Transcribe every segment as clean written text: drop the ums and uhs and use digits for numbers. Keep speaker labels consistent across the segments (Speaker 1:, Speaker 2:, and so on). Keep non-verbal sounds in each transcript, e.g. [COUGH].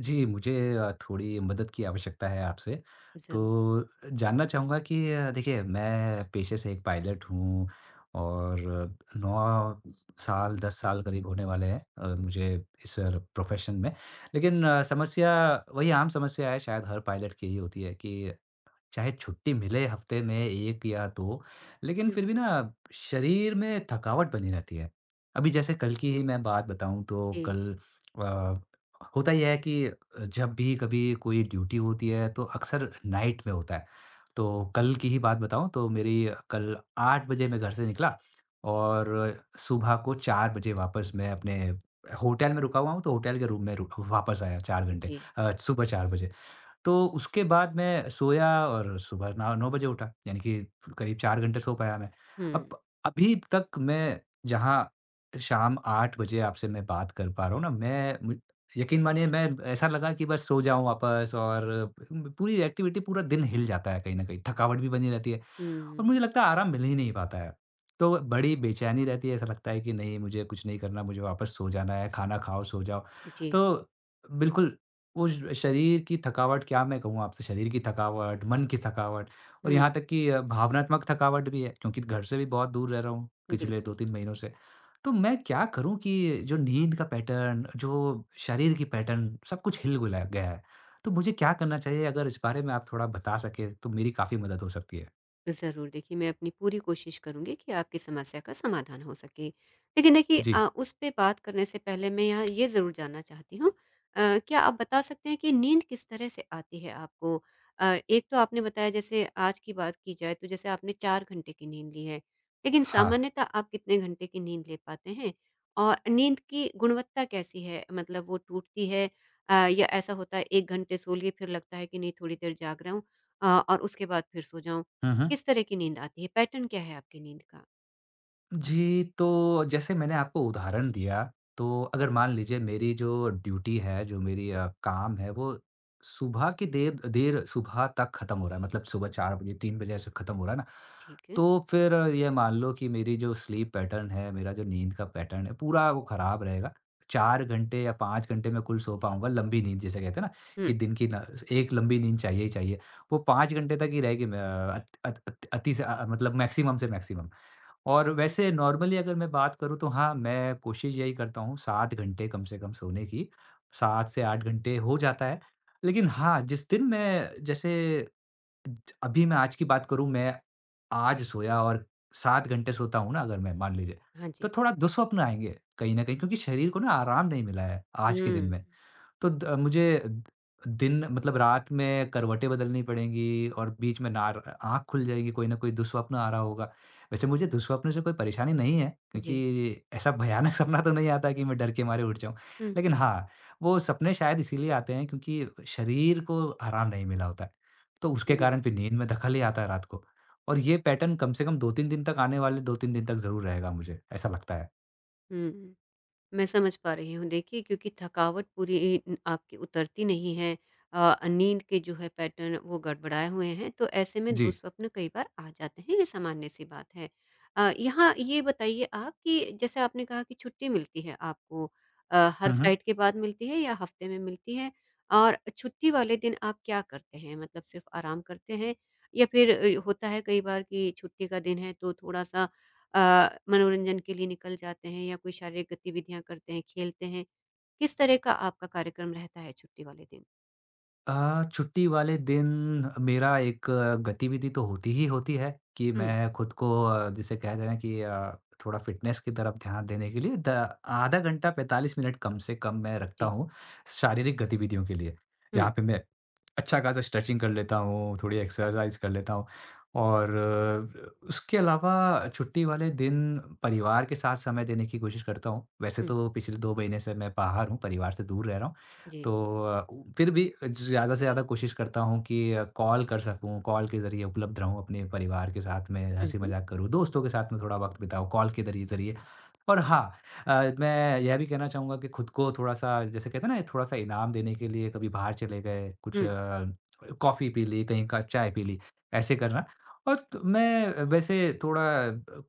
Speaker 1: जी, मुझे थोड़ी मदद की आवश्यकता है आपसे।
Speaker 2: ज़रूर।
Speaker 1: तो जानना चाहूँगा कि देखिए मैं पेशे से एक पायलट हूँ और 9 साल, 10 साल करीब होने वाले हैं मुझे इस प्रोफ़ेशन में। लेकिन समस्या वही आम समस्या है शायद हर पायलट की ही होती है कि चाहे छुट्टी मिले हफ्ते में 1 या 2, लेकिन
Speaker 2: हुँ।
Speaker 1: फिर भी ना शरीर में थकावट बनी रहती है। अभी जैसे कल की ही मैं बात बताऊँ तो
Speaker 2: जी,
Speaker 1: कल अ, होता ये है कि जब भी कभी कोई ड्यूटी होती है तो अक्सर नाइट में होता है। तो कल की ही बात बताऊँ तो मेरी कल 8 बजे मैं घर से निकला और सुबह को 4 बजे वापस मैं अपने होटल में रुका हुआ हूँ, तो होटल के रूम में रु वापस आया 4 घंटे,
Speaker 2: जी।
Speaker 1: सुबह 4 बजे। तो उसके बाद मैं सोया और सुबह नौ 9 बजे उठा, यानी कि करीब 4 घंटे सो पाया मैं।
Speaker 2: हुँ,
Speaker 1: अब अभी तक मैं जहाँ शाम 8 बजे आपसे मैं बात कर पा रहा हूँ ना, मैं मु यकीन मानिए, मैं, ऐसा लगा कि बस सो जाऊँ वापस और पूरी एक्टिविटी पूरा दिन हिल जाता है कहीं न कहीं, थकावट भी बनी रहती है।
Speaker 2: हुँ, हुँ।
Speaker 1: और मुझे लगता है आराम मिल ही नहीं पाता है। तो बड़ी बेचैनी रहती है, ऐसा लगता है कि नहीं, मुझे कुछ नहीं करना, मुझे वापस सो जाना है, खाना खाओ, सो जाओ।
Speaker 2: जी।
Speaker 1: तो बिल्कुल वो श शरीर की थकावट, क्या मैं कहूँ आपसे, शरीर की थकावट, मन की थकावट और
Speaker 2: हुँ,
Speaker 1: यहाँ तक कि भावनात्मक थकावट भी है क्योंकि घर से भी बहुत दूर रह रहा हूँ पिछले
Speaker 2: बिल्कुल।
Speaker 1: 2-3 महीनों से। तो मैं क्या करूँ कि जो नींद का पैटर्न, जो शरीर की पैटर्न, सब कुछ हिल-गुला गया है। तो मुझे क्या करना चाहिए, अगर इस बारे में आप थोड़ा बता सकें तो मेरी काफ़ी मदद हो सकती है?
Speaker 2: ज़रूर देखिए मैं अपनी पूरी कोशिश करूंगी कि आपकी समस्या का समाधान हो सके लेकिन देखिए
Speaker 1: जी।
Speaker 2: उस पे बात करने से पहले मैं यहाँ ये ज़रूर जानना चाहती हूँ। क्या आप बता सकते हैं कि नींद किस तरह से आती है आपको? एक तो आपने बताया जैसे आज की बात की जाए तो जैसे आपने 4 घंटे की नींद ली है लेकिन
Speaker 1: हाँ,
Speaker 2: सामान्यतः आप कितने घंटे की नींद ले पाते हैं और नींद की गुणवत्ता कैसी है, मतलब वो टूटती है? या ऐसा होता है एक घंटे सो लिए फिर लगता है कि नहीं थोड़ी देर जाग रहा हूँ और उसके बाद फिर सो जाऊं?
Speaker 1: हुँ, हुँ।
Speaker 2: किस तरह की नींद आती है? पैटर्न क्या है आपकी नींद का?
Speaker 1: जी, तो जैसे मैंने आपको उदाहरण दिया, तो अगर मान लीजिए मेरी जो ड्यूटी है, जो मेरी काम है, वो सुबह की देर देर सुबह तक ख़त्म हो रहा है, मतलब सुबह 4 बजे, 3 बजे ऐसे ख़त्म हो रहा है ना,
Speaker 2: ठीक है।
Speaker 1: तो फिर ये मान लो कि मेरी जो स्लीप पैटर्न है, मेरा जो नींद का पैटर्न है, पूरा वो ख़राब रहेगा। 4 घंटे या 5 घंटे मैं कुल सो पाऊँगा, लंबी नींद जिसे कहते हैं ना कि
Speaker 2: हुँ,
Speaker 1: दिन की न एक लंबी नींद चाहिए ही चाहिए। वो 5 घंटे तक ही रहेगी मैं अ, अत अत अति से, मतलब मैक्सिमम से मैक्सिमम। और
Speaker 2: जी।
Speaker 1: वैसे नॉर्मली अगर मैं बात करूँ तो हाँ, मैं कोशिश यही करता हूँ 7 घंटे कम से कम सोने की, 7 से 8 घंटे हो जाता है। लेकिन हाँ, जिस दिन मैं, जैसे अभी मैं आज की बात करूँ, मैं आज सोया और 7 घंटे सोता हूँ ना अगर मैं, मान लीजिए,
Speaker 2: हाँ
Speaker 1: तो
Speaker 2: जी।
Speaker 1: थोड़ा दुस्वप्न आएँगे कहीं न कहीं क्योंकि शरीर को ना आराम नहीं मिला है आज के दिन
Speaker 2: हुँ,
Speaker 1: में। तो द मुझे द दिन, मतलब रात में, करवटें बदलनी पड़ेंगी और बीच में नार आँख खुल जाएगी, कोई न कोई दुःस्वप्न आ रहा होगा। वैसे मुझे दुःस्वप्न से कोई परेशानी नहीं है,
Speaker 2: जी।
Speaker 1: क्योंकि ऐसा भयानक [LAUGHS] सपना तो नहीं आता कि मैं डर के मारे उठ जाऊँ।
Speaker 2: हुँ,
Speaker 1: लेकिन हाँ, वो सपने शायद इसीलिए आते हैं क्योंकि शरीर को आराम नहीं मिला होता है, तो उसके कारण
Speaker 2: बिल्कुल।
Speaker 1: फिर नींद में दखल ही आता है रात को। और ये पैटर्न कम से कम 2-3 दिन तक, आने वाले 2-3 दिन तक, ज़रूर रहेगा मुझे, ऐसा लगता है।
Speaker 2: हुँ। मैं समझ पा रही हूँ। देखिए क्योंकि थकावट पूरी आपकी उतरती नहीं है। नींद के जो है पैटर्न वो गड़बड़ाए हुए हैं, तो ऐसे में
Speaker 1: जी।
Speaker 2: दुःस्वप्न कई बार आ जाते हैं, ये सामान्य-सी बात है। यहाँ ये बताइए आप कि जैसे आपने कहा कि छुट्टी मिलती है आपको, हर
Speaker 1: हुँ, हुँ।
Speaker 2: फ्लाइट के बाद मिलती है या हफ्ते में मिलती है? और छुट्टी वाले दिन आप क्या करते हैं? मतलब सिर्फ़ आराम करते हैं या फिर होता है कई बार कि छुट्टी का दिन है तो थोड़ा-सा मनोरंजन के लिए निकल जाते हैं या कोई शारीरिक गतिविधियाँ करते हैं, खेलते हैं। किस तरह का आपका कार्यक्रम रहता है छुट्टी वाले दिन?
Speaker 1: छुट्टी वाले दिन मेरा एक गतिविधि तो होती ही होती है कि
Speaker 2: हुँ,
Speaker 1: मैं खुद को, जिसे कह देना कि थोड़ा फिटनेस की तरफ ध्यान देने के लिए, द आधा घंटा 45 मिनट कम से कम मैं रखता
Speaker 2: जी।
Speaker 1: हूँ शारीरिक गतिविधियों के लिए।
Speaker 2: हुँ,
Speaker 1: जहाँ पे मैं अच्छा खासा स्ट्रेचिंग कर लेता हूँ, थोड़ी एक्सरसाइज़ कर लेता हूँ और उसके अलावा छुट्टी वाले दिन परिवार के साथ समय देने की कोशिश करता हूँ। वैसे
Speaker 2: हुँ,
Speaker 1: तो पिछले 2 महीने से मैं बाहर हूँ, परिवार से दूर रह रहा हूँ।
Speaker 2: जी।
Speaker 1: तो फिर भी ज़्यादा से ज़्यादा कोशिश करता हूँ कि कॉल कर सकूँ, कॉल के ज़रिए उपलब्ध रहूँ अपने परिवार के साथ में,
Speaker 2: हुँ, हुँ,
Speaker 1: हँसी-मज़ाक करूँ, दोस्तों के साथ में थोड़ा वक़्त बिताऊँ, कॉल के दरिए ज़रिए। और हाँ, मैं यह भी कहना चाहूँगा कि खुद को थोड़ा-सा, जैसे कहते हैं ना, थोड़ा-सा इनाम देने के लिए कभी बाहर चले गए, कुछ
Speaker 2: हुँ,
Speaker 1: कॉफ़ी पी ली, कहीं का चाय पी ली, ऐसे करना। और त मैं वैसे थोड़ा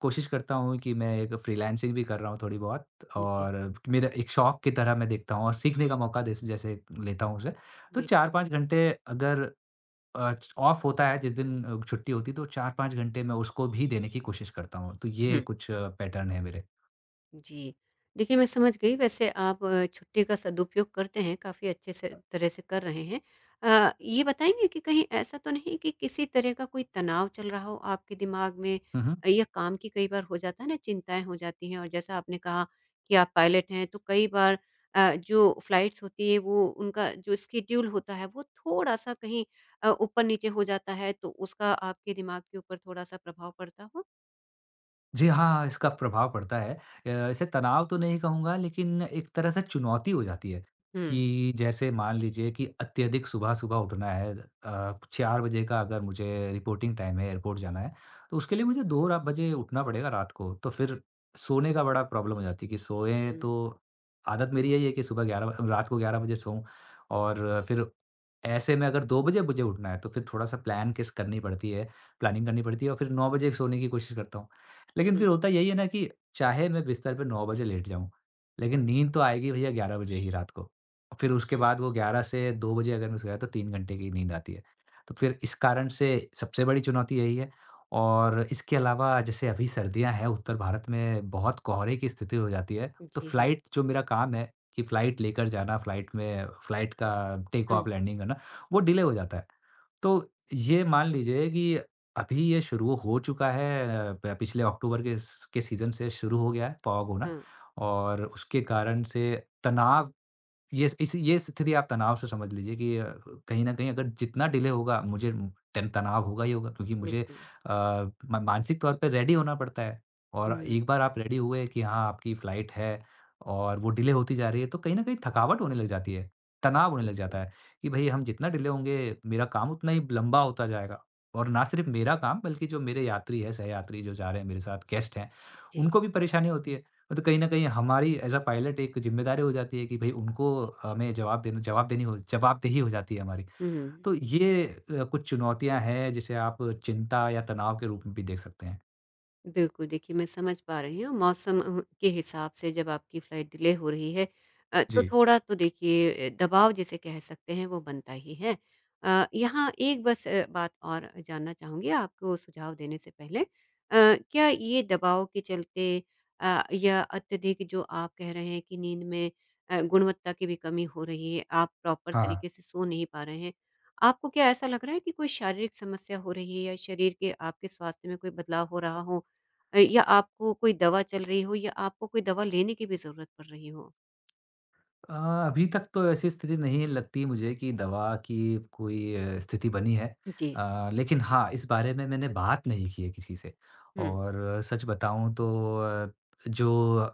Speaker 1: कोशिश करता हूँ कि मैं एक फ्रीलांसिंग भी कर रहा हूँ थोड़ी बहुत
Speaker 2: जी,
Speaker 1: और मेरा एक शौक की तरह मैं देखता हूँ और सीखने का मौका जैसे जैसे लेता हूँ उसे। तो
Speaker 2: बिल्कुल।
Speaker 1: 4-5 घंटे, अगर ऑफ होता है जिस दिन, छुट्टी होती है, तो 4-5 घंटे मैं उसको भी देने की कोशिश करता हूँ। तो ये
Speaker 2: हुँ।
Speaker 1: कुछ पैटर्न है मेरे।
Speaker 2: जी। देखिए, मैं समझ गई वैसे आप छुट्टी का सदुपयोग करते हैं, काफ़ी अच्छे से तरह से कर रहे हैं। ये बताएँगे कि कहीं ऐसा तो नहीं कि किसी तरह का कोई तनाव चल रहा हो आपके दिमाग में?
Speaker 1: हुँ, हुँ।
Speaker 2: या काम की कई बार हो जाता है ना, चिंताएँ हो जाती हैं और जैसा आपने कहा कि आप पायलट हैं, तो कई बार जो फ्लाइट्स होती है वो उनका जो स्केड्यूल होता है वो थोड़ा-सा कहीं ऊपर-नीचे हो जाता है, तो उसका आपके दिमाग के ऊपर थोड़ा-सा प्रभाव पड़ता हो?
Speaker 1: जी हाँ, इसका प्रभाव पड़ता है। इसे तनाव तो नहीं कहूँगा लेकिन एक तरह से चुनौती हो जाती है
Speaker 2: हुँ,
Speaker 1: कि, जैसे मान लीजिए कि अत्यधिक सुबह-सुबह उठना है, 4 बजे का अगर मुझे रिपोर्टिंग टाइम है, एयरपोर्ट जाना है, तो उसके लिए मुझे 2 रा बजे उठना पड़ेगा रात को। तो फिर सोने का बड़ा प्रॉब्लम हो जाती है कि सोएँ
Speaker 2: हुँ,
Speaker 1: तो आदत मेरी यही है कि सुबह 11 ब रात को 11 बजे सोऊँ और फिर ऐसे में अगर 2 बजे मुझे उठना है तो फिर थोड़ा-सा प्लानिंग करनी पड़ती है और फिर 9 बजे सोने की कोशिश करता हूँ। लेकिन फिर
Speaker 2: हुँ।
Speaker 1: होता यही है ना कि चाहे मैं बिस्तर पे 9 बजे लेट जाऊँ, लेकिन नींद तो आएगी भैया 11 बजे ही रात को। फिर उसके बाद वो 11 से 2 बजे अगर मैं सोया तो 3 घंटे की नींद आती है। तो फिर इस कारण से सबसे बड़ी चुनौती यही है, और इसके अलावा, जैसे अभी सर्दियाँ हैं, उत्तर भारत में बहुत कोहरे की स्थिति हो जाती है, तो
Speaker 2: जी हाँ।
Speaker 1: फ्लाइट, जो मेरा काम है कि फ्लाइट लेकर जाना, फ्लाइट का टेक
Speaker 2: हुँ,
Speaker 1: ऑफ, लैंडिंग करना, वो डिले हो जाता है। तो ये मान लीजिए कि अभी ये शुरू हो चुका है, अ, प पिछले अक्टूबर के स के सीज़न से शुरू हो गया है फॉग होना
Speaker 2: हाँ।
Speaker 1: और उसके कारण से तनाव। ये स्थिति आप तनाव से समझ लीजिए कि कहीं न कहीं अगर जितना डिले होगा मुझे, टन तनाव होगा ही होगा क्योंकि मुझे
Speaker 2: बिल्कुल।
Speaker 1: अ, म मानसिक तौर पे रेडी होना पड़ता है। और
Speaker 2: हुँ,
Speaker 1: एक बार आप रेडी हुए कि हाँ, आपकी फ्लाइट है और वो डिले होती जा रही है, तो कहीं न कहीं थकावट होने लग जाती है, तनाव होने लग जाता
Speaker 2: बिल्कुल।
Speaker 1: है कि भई हम जितना डिले होंगे मेरा काम उतना ही लंबा होता जाएगा। और ना सिर्फ़ मेरा काम बल्कि जो मेरे यात्री हैं, सहयात्री जो जा रहे हैं मेरे साथ, गेस्ट हैं,
Speaker 2: जी।
Speaker 1: उनको भी परेशानी होती है। तो कहीं न कहीं हमारी एज़ अ पायलट एक ज़िम्मेदारी हो जाती है कि भई उनको हमें जवाब देना, जवाब देनी हो, जवाबदेही हो जाती है हमारी।
Speaker 2: हुँ, हुँ।
Speaker 1: तो ये कुछ चुनौतियाँ हैं जिसे आप चिंता या तनाव के रूप में भी देख सकते हैं।
Speaker 2: बिल्कुल, देखिए मैं समझ पा रही हूँ मौसम के हिसाब से जब आपकी फ्लाइट डिले हो रही है, तो
Speaker 1: जी।
Speaker 2: थोड़ा तो देखिए दबाव जिसे कह सकते हैं वो बनता ही है। यहाँ एक बस बात और जानना चाहूँगी आपको सुझाव देने से पहले। क्या ये दबाव के चलते या अत्यधिक जो आप कह रहे हैं कि नींद में गुणवत्ता की भी कमी हो रही है, आप प्रॉपर
Speaker 1: हाँ।
Speaker 2: तरीके से सो नहीं पा रहे हैं, आपको क्या ऐसा लग रहा है कि कोई शारीरिक समस्या हो रही है या शरीर के आपके स्वास्थ्य में कोई बदलाव हो रहा हो? या आपको कोई दवा चल रही हो या आपको कोई दवा लेने की भी ज़रूरत पड़ रही हो?
Speaker 1: अ, अभी तक तो ऐसी स्थिति नहीं लगती मुझे कि दवा की कोई स्थिति बनी है।
Speaker 2: जी।
Speaker 1: लेकिन हाँ, इस बारे में मैंने बात नहीं की है किसी से,
Speaker 2: हुँ।
Speaker 1: और सच बताऊँ तो अ, जो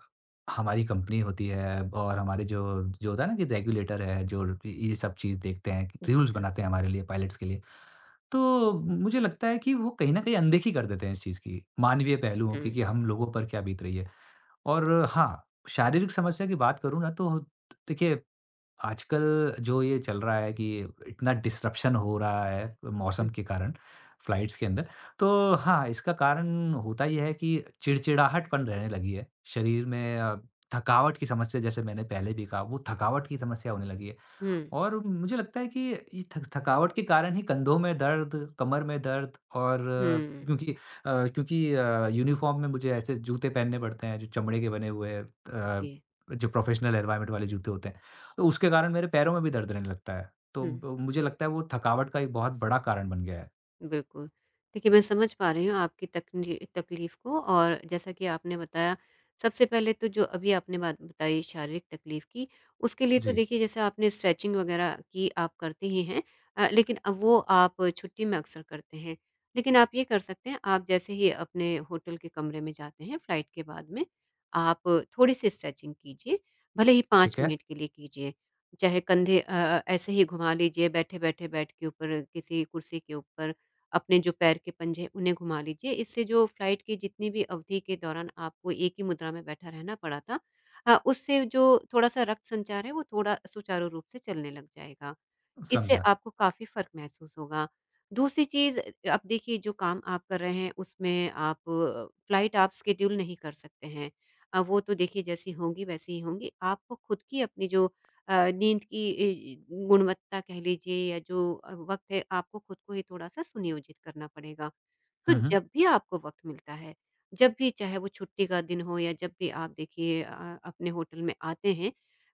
Speaker 1: हमारी कंपनी होती है और हमारे जो जो होता है ना कि रेगुलेटर है, जो ये सब चीज़ देखते हैं,
Speaker 2: जी
Speaker 1: रूल्स
Speaker 2: हाँ।
Speaker 1: बनाते हैं हमारे लिए, पायलट्स के लिए। तो मुझे लगता है कि वो कहीं न कहीं अनदेखी कर देते हैं इस चीज़ की, मानवीय पहलुओं की,
Speaker 2: हुँ।
Speaker 1: कि हम लोगों पर क्या बीत रही है। और हाँ, शारीरिक समस्या की बात करूँ ना, तो देखिए आजकल जो ये चल रहा है कि इतना डिस्रप्शन हो रहा है मौसम
Speaker 2: हुँ।
Speaker 1: के कारण फ्लाइट्स के अंदर, तो हाँ, इसका कारण होता ये है कि चिड़चिड़ाहटपन रहने लगी है। शरीर में थकावट की समस्या, जैसे मैंने पहले भी कहा, वो थकावट की समस्या होने लगी है।
Speaker 2: हुँ।
Speaker 1: और मुझे लगता है कि ये थक थकावट के कारण ही कंधों में दर्द, कमर में दर्द और
Speaker 2: हुँ।
Speaker 1: क्योंकि अ, क्योंकि यूनिफ़ॉर्म में मुझे ऐसे जूते पहनने पड़ते हैं जो चमड़े के बने हुए,
Speaker 2: जी।
Speaker 1: जो प्रोफ़ेशनल एनवायरनमेंट वाले जूते होते हैं, तो उसके कारण मेरे पैरों में भी दर्द रहने लगता है। तो
Speaker 2: हुँ।
Speaker 1: ब मुझे लगता है वो थकावट का एक बहुत बड़ा कारण बन गया है।
Speaker 2: बिल्कुल। देखिए, मैं समझ पा रही हूँ आपकी तकनी तकलीफ़ को और जैसा कि आपने बताया, सबसे पहले तो जो अभी आपने बात बताई शारीरिक तकलीफ़ की, उसके लिए तो
Speaker 1: जी,
Speaker 2: देखिए जैसे आपने स्ट्रेचिंग वग़ैरह की आप करते ही हैं। लेकिन अब वो आप छुट्टी में अक्सर करते हैं। लेकिन आप ये कर सकते हैं, आप जैसे ही अपने होटल के कमरे में जाते हैं फ़्लाइट के बाद में, आप थोड़ी-सी स्ट्रेचिंग कीजिए, भले ही 5
Speaker 1: ठीक है,
Speaker 2: मिनट के लिए कीजिए। चाहे कंधे ऐसे ही घुमा लीजिए बैठे-बैठे बेड के ऊपर किसी कुर्सी के ऊपर, अपने जो पैर के पंजे हैं, उन्हें घुमा लीजिए। इससे जो फ्लाइट की जितनी भी अवधि के दौरान आपको एक ही मुद्रा में बैठा रहना पड़ा था, उससे जो थोड़ा-सा रक्त संचार है, वो थोड़ा सुचारू रूप से चलने लग जाएगा। इससे
Speaker 1: समझा।
Speaker 2: आपको काफ़ी फ़र्क महसूस होगा। दूसरी चीज़, अब देखिए जो काम आप कर रहे हैं उसमें आप फ़्लाइट आप शेड्यूल नहीं कर सकते हैं। वो तो देखिए जैसी होंगी वैसी ही होंगी। आपको खुद की अपनी जो नींद की इ गुणवत्ता कह लीजिए या जो वक़्त है, आपको खुद को ही थोड़ा-सा सुनियोजित करना पड़ेगा। तो
Speaker 1: हुँ, हुँ।
Speaker 2: जब भी आपको वक़्त मिलता है, जब भी चाहे वो छुट्टी का दिन हो या जब भी आप देखिए अपने होटल में आते हैं,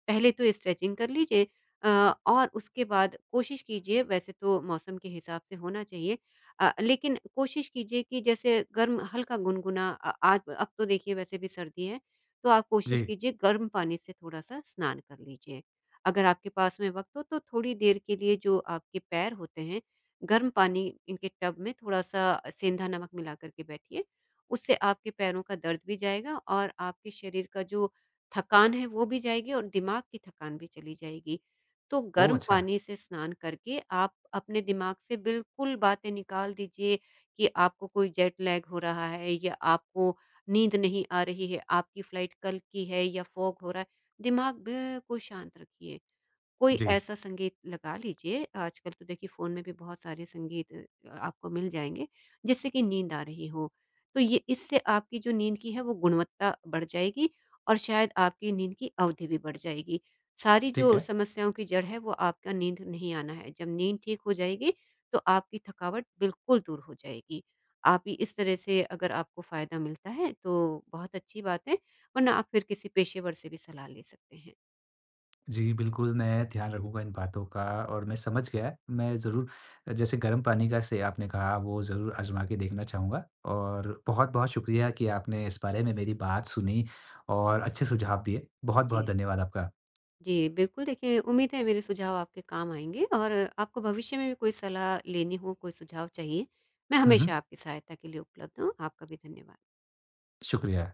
Speaker 2: पहले तो स्ट्रेचिंग कर लीजिए अ, और उसके बाद कोशिश कीजिए, वैसे तो मौसम के हिसाब से होना चाहिए, लेकिन कोशिश कीजिए कि जैसे गर्म हल्का गुनगुना, आज अब तो देखिए वैसे भी सर्दी है, तो आप
Speaker 1: जी।
Speaker 2: कोशिश कीजिए गर्म पानी से थोड़ा-सा स्नान कर लीजिए। अगर आपके पास में वक़्त हो तो थोड़ी देर के लिए जो आपके पैर होते हैं, गर्म पानी इनके टब में थोड़ा-सा सेंधा नमक मिला कर के बैठिए, उससे आपके पैरों का दर्द भी जाएगा और आपके शरीर का जो थकान है वो भी जाएगी और दिमाग की थकान भी चली जाएगी। तो
Speaker 1: ओह!
Speaker 2: गर्म
Speaker 1: अच्छा।
Speaker 2: पानी से स्नान करके आप अपने दिमाग से बिल्कुल बातें निकाल दीजिए कि आपको कोई जेट लैग हो रहा है या आपको नींद नहीं आ रही है, आपकी फ्लाइट कल की है या फॉग हो रहा है, दिमाग बिल्कुल शांत रखिए। कोई
Speaker 1: जी,
Speaker 2: ऐसा संगीत लगा लीजिए, आजकल तो देखिए फ़ोन में भी बहुत सारे संगीत आपको मिल जाएँगे, जिससे कि नींद आ रही हो। तो ये इससे आपकी जो नींद की है वो गुणवत्ता बढ़ जाएगी और शायद आपकी नींद की अवधि भी बढ़ जाएगी। सारी
Speaker 1: ठीक
Speaker 2: जो
Speaker 1: है।
Speaker 2: समस्याओं की जड़ है वो आपका नींद नहीं आना है। जब नींद ठीक हो जाएगी तो आपकी थकावट बिल्कुल दूर हो जाएगी। आप इ इस तरह से अगर आपको फ़ायदा मिलता है तो बहुत अच्छी बात है, वरना आप फिर किसी पेशेवर से भी सलाह ले सकते हैं।
Speaker 1: जी, बिल्कुल, मैं ध्यान रखूँगा इन बातों का और मैं समझ गया, मैं ज़रूर, जैसे गर्म पानी का से आपने कहा, वो ज़रूर आज़मा के देखना चाहूँगा, और बहुत-बहुत शुक्रिया कि आपने इस बारे में मेरी बात सुनी और अच्छे सुझाव दिए। बहुत-बहुत
Speaker 2: जी।
Speaker 1: धन्यवाद आपका।
Speaker 2: जी, बिल्कुल देखिए उम्मीद है मेरे सुझाव आपके काम आएँगे और आपको भविष्य में भी कोई सलाह लेनी हो, कोई सुझाव चाहिए, मैं
Speaker 1: हुँ, हुँ,
Speaker 2: हमेशा आपकी सहायता के लिए उपलब्ध हूँ। आपका भी धन्यवाद।
Speaker 1: शुक्रिया।